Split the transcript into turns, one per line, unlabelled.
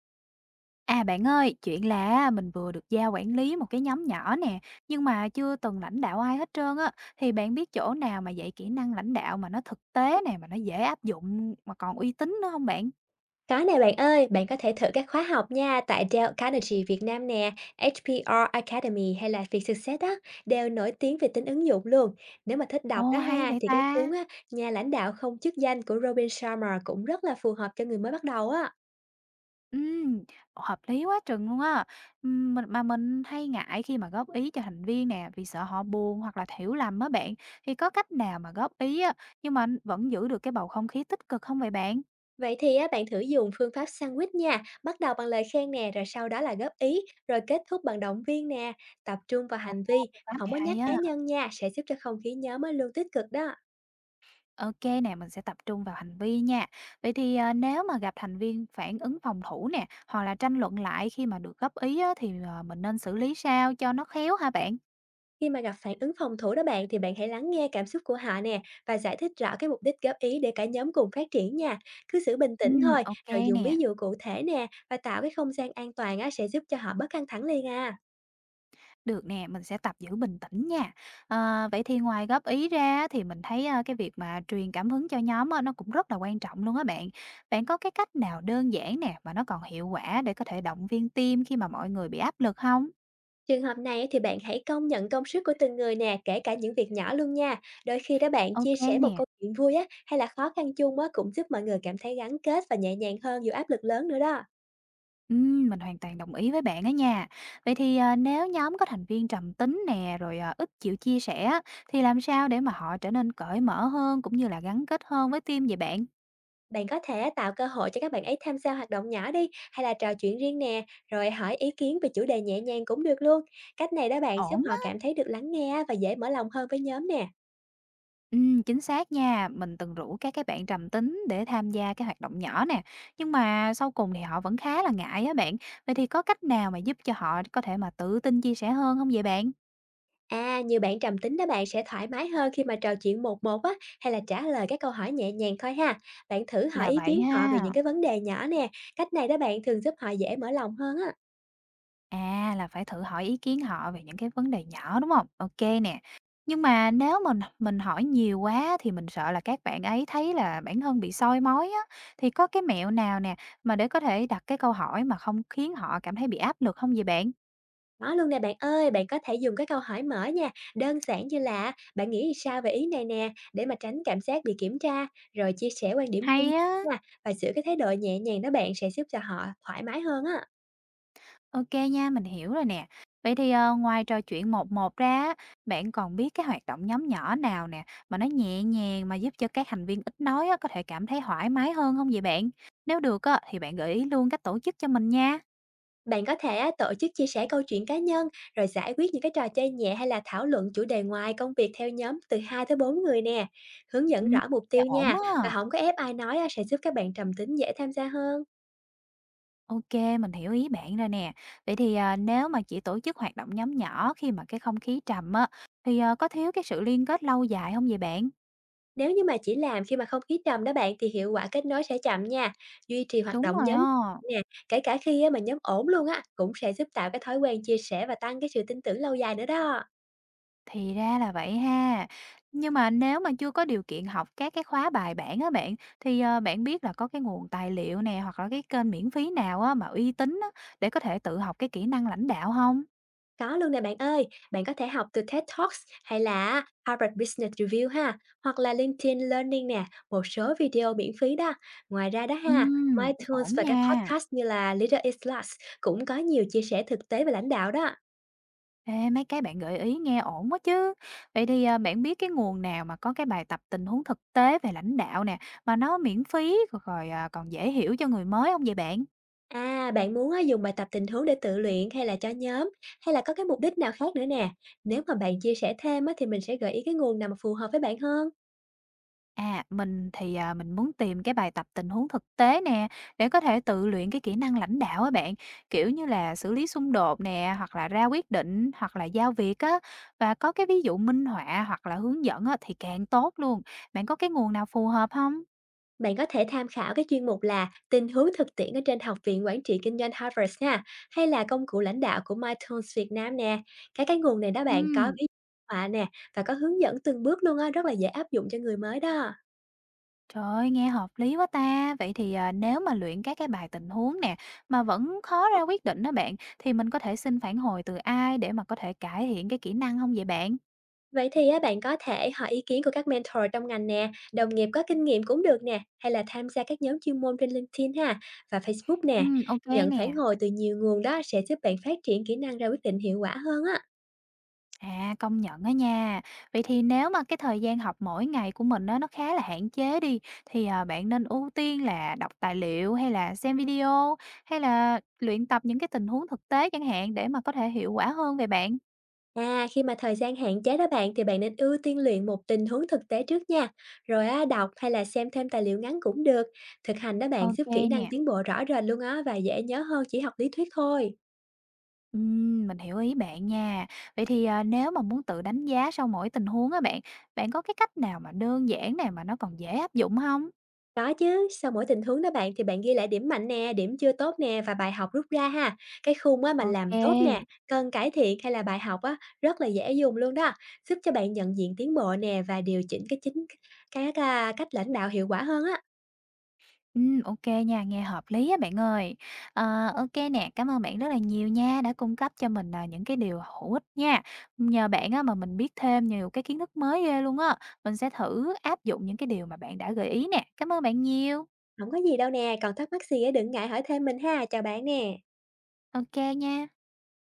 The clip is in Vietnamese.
À bạn ơi, chuyện là mình vừa được giao quản lý một cái nhóm nhỏ nè, nhưng mà chưa từng lãnh đạo ai hết trơn á, thì bạn biết chỗ nào mà dạy kỹ năng lãnh đạo mà nó thực tế nè, mà nó dễ áp dụng mà còn uy tín nữa không bạn?
Có nè bạn ơi, bạn có thể thử các khóa học nha, tại Dell Carnegie Việt Nam nè, HPR Academy hay là Vietsuccess đó, đều nổi tiếng về tính ứng dụng luôn. Nếu mà thích đọc
Ồ
đó
hay
ha,
vậy
thì cái cuốn
ta.
á, Nhà lãnh đạo không chức danh của Robin Sharma cũng rất là phù hợp cho người mới bắt đầu á.
Ừm, hợp lý quá chừng luôn á. Mình mà mình hay ngại khi mà góp ý cho thành viên nè, vì sợ họ buồn hoặc là hiểu lầm á bạn. Thì có cách nào mà góp ý á, nhưng mà vẫn giữ được cái bầu không khí tích cực không vậy bạn?
Vậy thì á, bạn thử dùng phương pháp sandwich nha, bắt đầu bằng lời khen nè, rồi sau đó là góp ý, rồi kết thúc bằng động viên nè, tập trung vào
Ồ,
hành vi,
quá
không
mày
có nhắc
hay á.
cá nhân nha, sẽ giúp cho không khí nhóm á luôn tích cực đó.
OK nè, mình sẽ tập trung vào hành vi nha. Vậy thì, nếu mà gặp thành viên phản ứng phòng thủ nè, hoặc là tranh luận lại khi mà được góp ý á, thì, mình nên xử lý sao cho nó khéo hả bạn?
Khi mà gặp phản ứng phòng thủ đó bạn, thì bạn hãy lắng nghe cảm xúc của họ nè, và giải thích rõ cái mục đích góp ý để cả nhóm cùng phát triển nha. Cứ giữ bình tĩnh thôi,
Ô
rồi dùng ví
nè,
dụ cụ thể nè, và tạo cái không gian an toàn á, sẽ giúp cho họ bớt căng thẳng liền à.
được nè, mình sẽ tập giữ bình tĩnh nha. Ờ, vậy thì ngoài góp ý ra thì mình thấy, cái việc mà truyền cảm hứng cho nhóm á, nó cũng rất là quan trọng luôn á bạn. Bạn có cái cách nào đơn giản nè, mà nó còn hiệu quả để có thể động viên team khi mà mọi người bị áp lực không?
Trường hợp này á, thì bạn hãy công nhận công sức của từng người nè, kể cả những việc nhỏ luôn nha. Đôi khi đó bạn chia
OK
sẻ một
nè.
câu chuyện vui á, hay là khó khăn chung á, cũng giúp mọi người cảm thấy gắn kết và nhẹ nhàng hơn dù áp lực lớn nữa đó.
Mình hoàn toàn đồng ý với bạn đó nha. Vậy thì, nếu nhóm có thành viên trầm tính nè, rồi, ít chịu chia sẻ á, thì làm sao để mà họ trở nên cởi mở hơn cũng như là gắn kết hơn với team vậy bạn?
Bạn có thể tạo cơ hội cho các bạn ấy tham gia hoạt động nhỏ đi, hay là trò chuyện riêng nè, rồi hỏi ý kiến về chủ đề nhẹ nhàng cũng được luôn. Cách này đó bạn giúp
Ổn
họ
á.
cảm thấy được lắng nghe và dễ mở lòng hơn với nhóm nè.
Chính xác nha. Mình từng rủ các cái bạn trầm tính để tham gia cái hoạt động nhỏ nè, nhưng mà sau cùng thì họ vẫn khá là ngại á bạn. Vậy thì có cách nào mà giúp cho họ có thể mà tự tin chia sẻ hơn không vậy bạn?
À, nhiều bạn trầm tính đó bạn sẽ thoải mái hơn khi mà trò chuyện một một á, hay là trả lời các câu hỏi nhẹ nhàng thôi ha. Bạn thử hỏi
Là
ý
vậy
kiến họ về những
ha.
cái vấn đề nhỏ nè, cách này đó bạn thường giúp họ dễ mở lòng hơn á.
À, là phải thử hỏi ý kiến họ về những cái vấn đề nhỏ, đúng không? OK nè. Nhưng mà nếu mình hỏi nhiều quá thì mình sợ là các bạn ấy thấy là bản thân bị soi mói á, thì có cái mẹo nào nè mà để có thể đặt cái câu hỏi mà không khiến họ cảm thấy bị áp lực không vậy bạn?
Có luôn nè bạn ơi, bạn có thể dùng cái câu hỏi mở nha, đơn giản như là "Bạn nghĩ sao về ý này nè?", để mà tránh cảm giác bị kiểm tra, rồi chia sẻ quan điểm chung
Hay á!
nha, và giữ cái thái độ nhẹ nhàng đó bạn, sẽ giúp cho họ thoải mái hơn á.
OK nha, mình hiểu rồi nè. Vậy thì, ngoài trò chuyện một một ra á, bạn còn biết cái hoạt động nhóm nhỏ nào nè, mà nó nhẹ nhàng mà giúp cho các thành viên ít nói á, có thể cảm thấy thoải mái hơn không vậy bạn? Nếu được á, thì bạn gợi ý luôn cách tổ chức cho mình nha.
Bạn có thể á, tổ chức chia sẻ câu chuyện cá nhân, rồi giải quyết những cái trò chơi nhẹ, hay là thảo luận chủ đề ngoài công việc theo nhóm từ 2 tới 4 người nè. Hướng dẫn
Ừm,
rõ mục
nghe
tiêu
ổn
nha, và
á.
không có ép ai nói á, sẽ giúp các bạn trầm tính dễ tham gia hơn.
Ô mình hiểu ý bạn rồi nè. Vậy thì, nếu mà chỉ tổ chức hoạt động nhóm nhỏ khi mà cái không khí trầm á, thì, có thiếu cái sự liên kết lâu dài không vậy bạn?
Nếu như mà chỉ làm khi mà không khí trầm đó bạn, thì hiệu quả kết nối sẽ chậm nha. Duy trì hoạt
Đúng
động
rồi
nhóm
á.
nè, kể cả khi á, mà nhóm ổn luôn á, cũng sẽ giúp tạo cái thói quen chia sẻ và tăng cái sự tin tưởng lâu dài nữa đó.
Thì ra là vậy ha. Nhưng mà nếu mà chưa có điều kiện học các cái khóa bài bản á bạn, thì, bạn biết là có cái nguồn tài liệu nè, hoặc là cái kênh miễn phí nào á mà uy tín á, để có thể tự học cái kỹ năng lãnh đạo không?
Có luôn nè bạn ơi, bạn có thể học từ TED Talks hay là Harvard Business Review ha, hoặc là LinkedIn Learning nè, một số video miễn phí đó. Ngoài ra đó ha, MyTunes
Ổn
và các
nha.
podcast như là Leader is Last, cũng có nhiều chia sẻ thực tế về lãnh đạo đó.
Ê, mấy cái bạn gợi ý nghe ổn quá chứ. Vậy thì, bạn biết cái nguồn nào mà có cái bài tập tình huống thực tế về lãnh đạo nè, mà nó miễn phí, rồi rồi, à, còn dễ hiểu cho người mới không vậy bạn?
À, bạn muốn á, dùng bài tập tình huống để tự luyện hay là cho nhóm, hay là có cái mục đích nào khác nữa nè? Nếu mà bạn chia sẻ thêm á, thì mình sẽ gợi ý cái nguồn nào mà phù hợp với bạn hơn.
À, mình mình muốn tìm cái bài tập tình huống thực tế nè, để có thể tự luyện cái kỹ năng lãnh đạo á bạn, kiểu như là xử lý xung đột nè, hoặc là ra quyết định, hoặc là giao việc á. Và có cái ví dụ minh họa hoặc là hướng dẫn á, thì càng tốt luôn. Bạn có cái nguồn nào phù hợp không?
Bạn có thể tham khảo cái chuyên mục là tình huống thực tiễn ở trên Học viện Quản trị Kinh doanh Harvard ha, hay là công cụ lãnh đạo của MyTools Việt Nam nè. Các cái nguồn này đó bạn có
Ừ,
ví dụ họa nè, và có hướng dẫn từng bước luôn á, rất là dễ áp dụng cho người mới đó.
trời ơi, nghe hợp lý quá ta! Vậy thì, nếu mà luyện các cái bài tình huống nè, mà vẫn khó ra quyết định đó bạn, thì mình có thể xin phản hồi từ ai để mà có thể cải thiện cái kỹ năng không vậy bạn?
Vậy thì á, bạn có thể hỏi ý kiến của các mentor trong ngành nè, đồng nghiệp có kinh nghiệm cũng được nè, hay là tham gia các nhóm chuyên môn trên LinkedIn ha, và Facebook
Ừ,
nè.
ok
Nhận
nè.
phản hồi từ nhiều nguồn đó sẽ giúp bạn phát triển kỹ năng ra quyết định hiệu quả hơn á.
À, công nhận á nha. Vậy thì nếu mà cái thời gian học mỗi ngày của mình á, nó khá là hạn chế đi, thì, bạn nên ưu tiên là đọc tài liệu hay là xem video, hay là luyện tập những cái tình huống thực tế chẳng hạn để mà có thể hiệu quả hơn về bạn?
À, khi mà thời gian hạn chế đó bạn, thì bạn nên ưu tiên luyện một tình huống thực tế trước nha. Rồi á, đọc hay là xem thêm tài liệu ngắn cũng được. Thực hành đó bạn
Ok
giúp kỹ
nè.
năng tiến bộ rõ rệt luôn á, và dễ nhớ hơn chỉ học lý thuyết thôi.
Mình hiểu ý bạn nha. Vậy thì, nếu mà muốn tự đánh giá sau mỗi tình huống á bạn, bạn có cái cách nào mà đơn giản nè, mà nó còn dễ áp dụng không?
Có chứ, sau mỗi tình huống đó bạn, thì bạn ghi lại điểm mạnh nè, điểm chưa tốt nè, và bài học rút ra ha. Cái khung á mà làm tốt nè,
Ok.
cần cải thiện hay là bài học á, rất là dễ dùng luôn đó, giúp cho bạn nhận diện tiến bộ nè, và điều chỉnh à, cách lãnh đạo hiệu quả hơn á.
Ô nha, nghe hợp lý á bạn ơi. Cảm ơn bạn rất là nhiều nha, đã cung cấp cho mình, những cái điều hữu ích nha. Nhờ bạn á mà mình biết thêm nhiều cái kiến thức mới ghê luôn á. Mình sẽ thử áp dụng những cái điều mà bạn đã gợi ý nè. Cảm ơn bạn nhiều.
Không có gì đâu nè, còn thắc mắc gì á đừng ngại hỏi thêm mình ha. Chào bạn nè.
Ok nha.